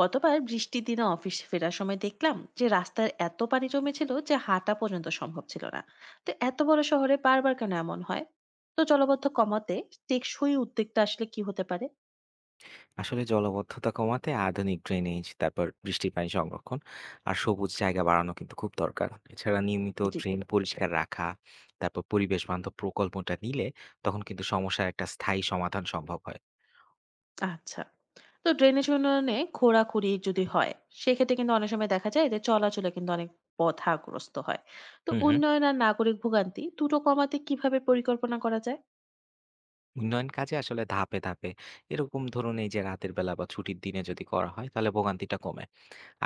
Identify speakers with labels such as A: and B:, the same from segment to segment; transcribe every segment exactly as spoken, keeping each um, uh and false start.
A: গতবার বৃষ্টির দিনে অফিস ফেরার সময় দেখলাম যে রাস্তার এত পানি জমেছিল যে হাঁটা পর্যন্ত সম্ভব ছিল না। তো এত বড় শহরে বারবার কেন এমন হয়? তো জলবদ্ধ কমাতে টেকসই উদ্যোগটা আসলে কি হতে পারে?
B: আসলে জলাবদ্ধতা কমাতে আধুনিক ড্রেনেজ, তারপর বৃষ্টির পানি সংরক্ষণ আর সবুজ জায়গা বাড়ানো কিন্তু খুব দরকার। এছাড়া নিয়মিত
A: জি।
B: ড্রেন পরিষ্কার রাখা, তারপর পরিবেশ বান্ধব প্রকল্পটা নিলে তখন কিন্তু সমস্যার একটা স্থায়ী সমাধান সম্ভব হয়।
A: আচ্ছা। তো ড্রেনেজ উন্নয়নে খোঁড়াখুড়ি যদি হয়, সেক্ষেত্রে কিন্তু অনেক সময় দেখা যায় যে চলাচলে কিন্তু অনেক বাধাগ্রস্ত হয়। তো
B: হুম, হুম।
A: উন্নয়ন আর নাগরিক ভোগান্তি দুটো কমাতে কিভাবে পরিকল্পনা করা যায়?
B: উন্নয়ন কাজে আসলে ধাপে, ধাপে এরকম ধরুন এই যে রাতের বেলা বা ছুটির দিনে যদি করা হয় তাহলে ভোগান্তিটা কমে।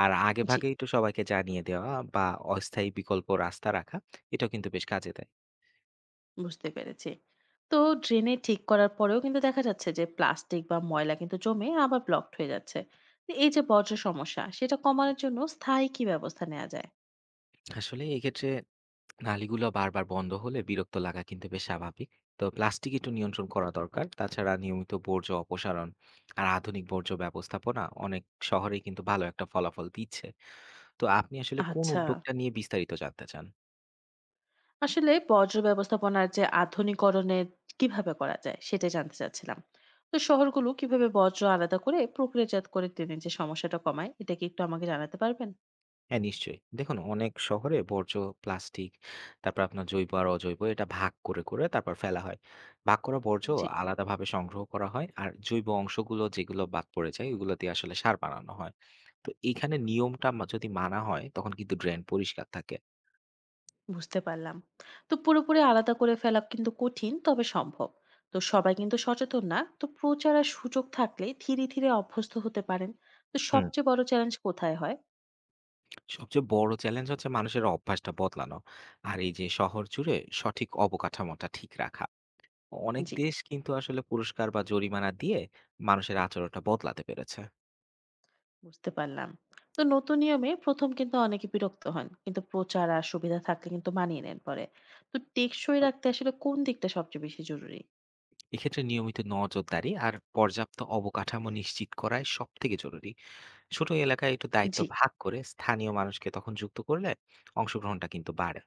B: আর
A: জি,
B: আগেভাগেই তো সবাইকে জানিয়ে দেওয়া বা অস্থায়ী বিকল্প রাস্তা রাখা এটাও কিন্তু বেশ কাজে দেয়।
A: বুঝতে পেরেছি। তো ড্রেনে ঠিক করার পরেও কিন্তু দেখা যাচ্ছে যে প্লাস্টিক বা ময়লা কিন্তু জমে আবার ব্লকড হয়ে যাচ্ছে। তো এই যে বর্জ্য সমস্যা, সেটা কমানোর জন্য স্থায়ী কি ব্যবস্থা নেওয়া যায়?
B: আসলে এক্ষেত্রে নালীগুলো বারবার বন্ধ হলে বিরক্ত লাগা কিন্তু বেশ স্বাভাবিক। তো প্লাস্টিক একটু নিয়ন্ত্রণ করা দরকার, তাছাড়া নিয়মিত বর্জ্য অপসারণ আর আধুনিক বর্জ্য ব্যবস্থাপনা অনেক শহরেই কিন্তু ভালো একটা ফলাফল দিচ্ছে। তো আপনি আসলে কোন
A: আচ্ছা,
B: উদ্যোগটা নিয়ে বিস্তারিত জানতে চান?
A: আসলে বর্জ্য ব্যবস্থাপনার যে আধুনিকরণের কিভাবে করা যায় সেটা জানতে চাচ্ছিলাম। তো শহরগুলো কিভাবে বর্জ্য আলাদা করে প্রক্রিয়াজাত করে ট্রেনের যে সমস্যাটা কমায়, এটা কি একটু আমাকে জানাতে পারবেন?
B: হ্যাঁ, নিশ্চয়ই। দেখুন অনেক শহরে বর্জ্য, প্লাস্টিক, তারপর আপনার জৈব আর অজৈব এটা ভাগ করে, করে তারপর ফেলা হয়। ভাগ করা বর্জ্য
A: জি,
B: আলাদাভাবে সংগ্রহ করা হয়। আর জৈব অংশগুলো যেগুলো বাদ পড়ে যায় ওগুলো দিয়ে আসলে সার বানানো হয়। তো এইখানে নিয়মটা মা যদি মানা হয় তখন কিন্তু ড্রেন পরিষ্কার থাকে।
A: বুঝতে পারলাম। তো পুরোপুরি আলাদা করে ফেলা কিন্তু কঠিন, তবে সম্ভব। তো সবাই কিন্তু সচেতন না, তো প্রচার আর সুযোগ থাকলে ধীরে ধীরে অভ্যস্ত হতে পারেন। তো
B: হুম।
A: সবচেয়ে বড় চ্যালেঞ্জ কোথায় হয়?
B: সবচেয়ে বড় চ্যালেঞ্জ হচ্ছে মানুষের অভ্যাসটা বদলানো। আর এই যে শহর জুড়ে সঠিক অবকাঠামোটা ঠিক রাখা। অনেক
A: জি,
B: দেশ কিন্তু আসলে পুরস্কার বা জরিমানা দিয়ে মানুষের আচরণটা বদলাতে পেরেছে।
A: বুঝতে পারলাম। তো নতুন নিয়মে প্রথম কিন্তু অনেকে বিরক্ত হন, কিন্তু প্রচার আর সুবিধা থাকলে কিন্তু মানিয়ে নেন পরে। তো টেকসই রাখতে আসলে কোন দিকটা সবচেয়ে বেশি জরুরি?
B: এক্ষেত্রে নিয়মিত নজরদারি আর পর্যাপ্ত অবকাঠামো নিশ্চিত করাই সব থেকে জরুরি। ছোট এলাকায় একটু দায়িত্ব
A: জি,
B: ভাগ করে স্থানীয় মানুষকে তখন যুক্ত করলে অংশগ্রহণটা কিন্তু বাড়ে।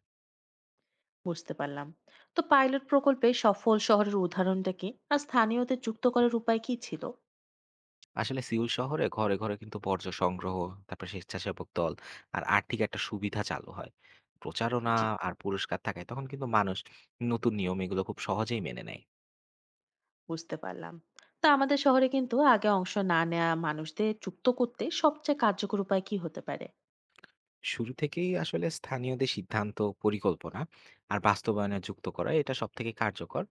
A: বুঝতে পারলাম। তো পাইলট প্রকল্পে সফল শহরের উদাহরণটা কি, আর স্থানীয়দের যুক্ত করার উপায় কি ছিল?
B: আসলে সিউল শহরে ঘরে ঘরে কিন্তু বর্জ্য সংগ্রহ, তারপর স্বেচ্ছাসেবক দল আর আর্থিক একটা সুবিধা চালু হয়। প্রচারণা
A: জি,
B: আর পুরস্কার থাকায় তখন কিন্তু মানুষ নতুন নিয়ম এগুলো খুব সহজেই মেনে নেয়।
A: বুঝতে পারলাম। তা আমাদের শহরে কিন্তু আগে অংশ না নেওয়া মানুষদের যুক্ত করতে সবচেয়ে কার্যকর উপায় কি হতে পারে?
B: শুরু থেকেই আসলে স্থানীয়দের সিদ্ধান্ত, পরিকল্পনা আর বাস্তবায়নে যুক্ত করা এটা সবথেকে কার্যকর।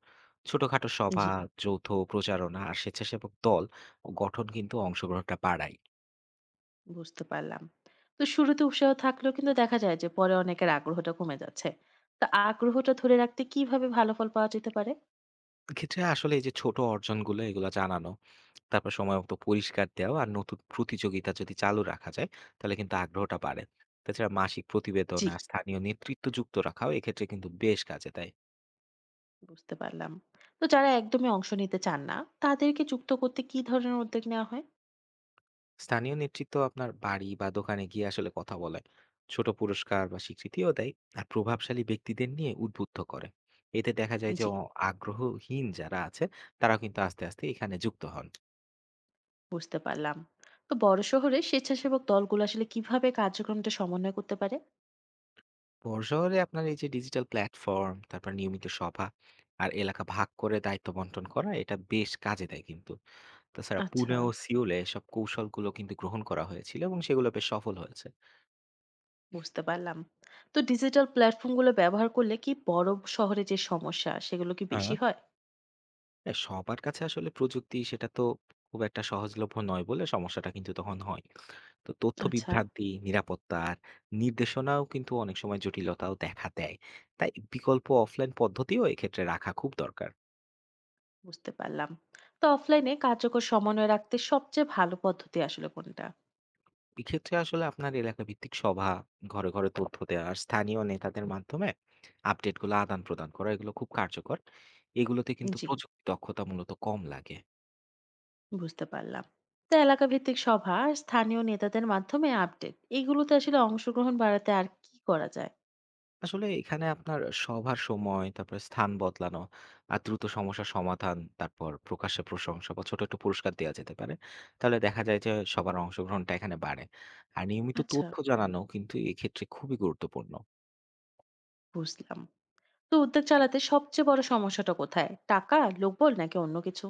B: ছোটখাটো সভা,
A: জি,
B: আচ্ছা। যৌথ প্রচারণা আর স্বেচ্ছাসেবক দল গঠন কিন্তু অংশগ্রহণটা বাড়ায়।
A: বুঝতে পারলাম। তো শুরুতে উৎসাহ থাকলেও কিন্তু দেখা যায় যে পরে অনেকের আগ্রহটা কমে যাচ্ছে। তা আগ্রহটা ধরে রাখতে কিভাবে ভালো ফল পাওয়া যেতে পারে?
B: এক্ষেত্রে আসলে এই যে ছোট অর্জনগুলো এগুলো জানানো, তারপর সময়মতো পরিষ্কার দেওয়া আর নতুন প্রতিযোগিতা যদি চালু রাখা যায় তাহলে কিন্তু আগ্রহটা বাড়ে। তাছাড়া মাসিক প্রতিবেদন
A: জি,
B: আর স্থানীয় নেতৃত্ব যুক্ত রাখাও এক্ষেত্রে কিন্তু বেশ কাজে দেয়।
A: বুঝতে পারলাম। তো যারা একদমই অংশ নিতে চান না, তাদেরকে যুক্ত করতে কি ধরনের উদ্যোগ নেওয়া হয়?
B: স্থানীয় নেতৃত্ব আপনার বাড়ি বা দোকানে গিয়ে আসলে কথা বলে, ছোট পুরস্কার বা স্বীকৃতিও দেয় আর প্রভাবশালী ব্যক্তিদের নিয়ে উদ্বুদ্ধ করে। এতে দেখা যায় যে
A: জি,
B: অ- আগ্রহহীন যারা আছে তারা কিন্তু আস্তে আস্তে এখানে যুক্ত হন।
A: বুঝতে পারলাম। তো বড় শহরে স্বেচ্ছাসেবক দলগুলো আসলে কিভাবে কার্যক্রমটা সমন্বয় করতে পারে?
B: বড় শহরে আপনার এই যে ডিজিটাল প্ল্যাটফর্ম, তারপর নিয়মিত সভা আর এলাকা ভাগ করে দায়িত্ব বন্টন করা এটা বেশ কাজে দেয় কিন্তু। তাছাড়া
A: আচ্ছা,
B: পুনে ও সিওলে সব কৌশলগুলো কিন্তু গ্রহণ করা হয়েছিল এবং সেগুলো বেশ সফল হয়েছে।
A: বুঝতে পারলাম। তো ডিজিটাল প্ল্যাটফর্ম গুলো ব্যবহার করলে কি বড় শহরে যে সমস্যা সেগুলো কি বেশি
B: হ্যাঁ,
A: হয়?
B: হ্যাঁ, সবার কাছে আসলে প্রযুক্তি সেটা তো খুব একটা সহজলভ্য নয় বলে সমস্যাটা কিন্তু তখন হয়। তো তথ্য
A: আচ্ছা,
B: বিভ্রান্তি, নিরাপত্তা আর নির্দেশনাও কিন্তু অনেক সময় জটিলতাও দেখা দেয়। তাই বিকল্প অফলাইন পদ্ধতিও এক্ষেত্রে রাখা খুব দরকার।
A: বুঝতে পারলাম। তো অফলাইনে কার্যকর সমন্বয় রাখতে সবচেয়ে ভালো পদ্ধতি আসলে কোনটা?
B: এক্ষেত্রে আসলে আপনার এলাকা ভিত্তিক সভা, ঘরে, ঘরে তথ্য দেওয়া আর স্থানীয় নেতাদের মাধ্যমে আপডেটগুলো আদান-প্রদান করা এগুলো খুব কার্যকর। এগুলোতে কিন্তু
A: জি,
B: প্রযুক্তি দক্ষতা মূলত কম লাগে।
A: বুঝতে পারলাম। তো এলাকা ভিত্তিক সভা আর স্থানীয় নেতাদের মাধ্যমে আপডেট, এগুলোতে আসলে অংশগ্রহণ বাড়াতে আর কি করা যায়?
B: আসলে এখানে আপনার সভার সময়, তারপরে স্থান বদলানো, আর দ্রুত সমস্যার সমাধান, তারপর প্রকাশ্যে প্রশংসা বা ছোট একটু পুরস্কার দেয়া যেতে পারে। তাহলে দেখা যায় যে সবার অংশগ্রহণটা এখানে বাড়ে। আর নিয়মিত
A: আচ্ছা,
B: তথ্য জানানো কিন্তু এক্ষেত্রে খুবই গুরুত্বপূর্ণ।
A: বুঝলাম। তো উদ্যোগ চালাতে সবচেয়ে বড় সমস্যাটা কোথায়? টাকা, লোকবল নাকি অন্য কিছু?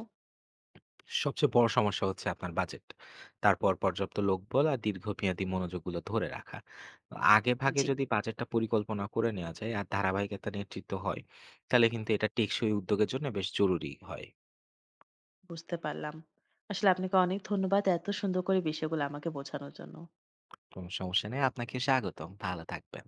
B: সবচেয়ে বড় সমস্যা হচ্ছে আপনার বাজেট। তারপর পর্যাপ্ত লোকবল আর দীর্ঘমেয়াদী মনোযোগগুলো ধরে রাখা। আগেভাগে
A: জি,
B: যদি বাজেটটা পরিকল্পনা করে নেওয়া যায় আর ধারাবাহিক একটা নেতৃত্ব হয়, তাহলে কিন্তু এটা টেকসই উদ্যোগের জন্য বেশ জরুরি হয়।
A: বুঝতে পারলাম। আসলে আপনাকে অনেক ধন্যবাদ এত সুন্দর করে বিষয়গুলো আমাকে বোঝানোর জন্য।
B: কোনো সমস্যা নেই। আপনাকে স্বাগতম। ভালো থাকবেন।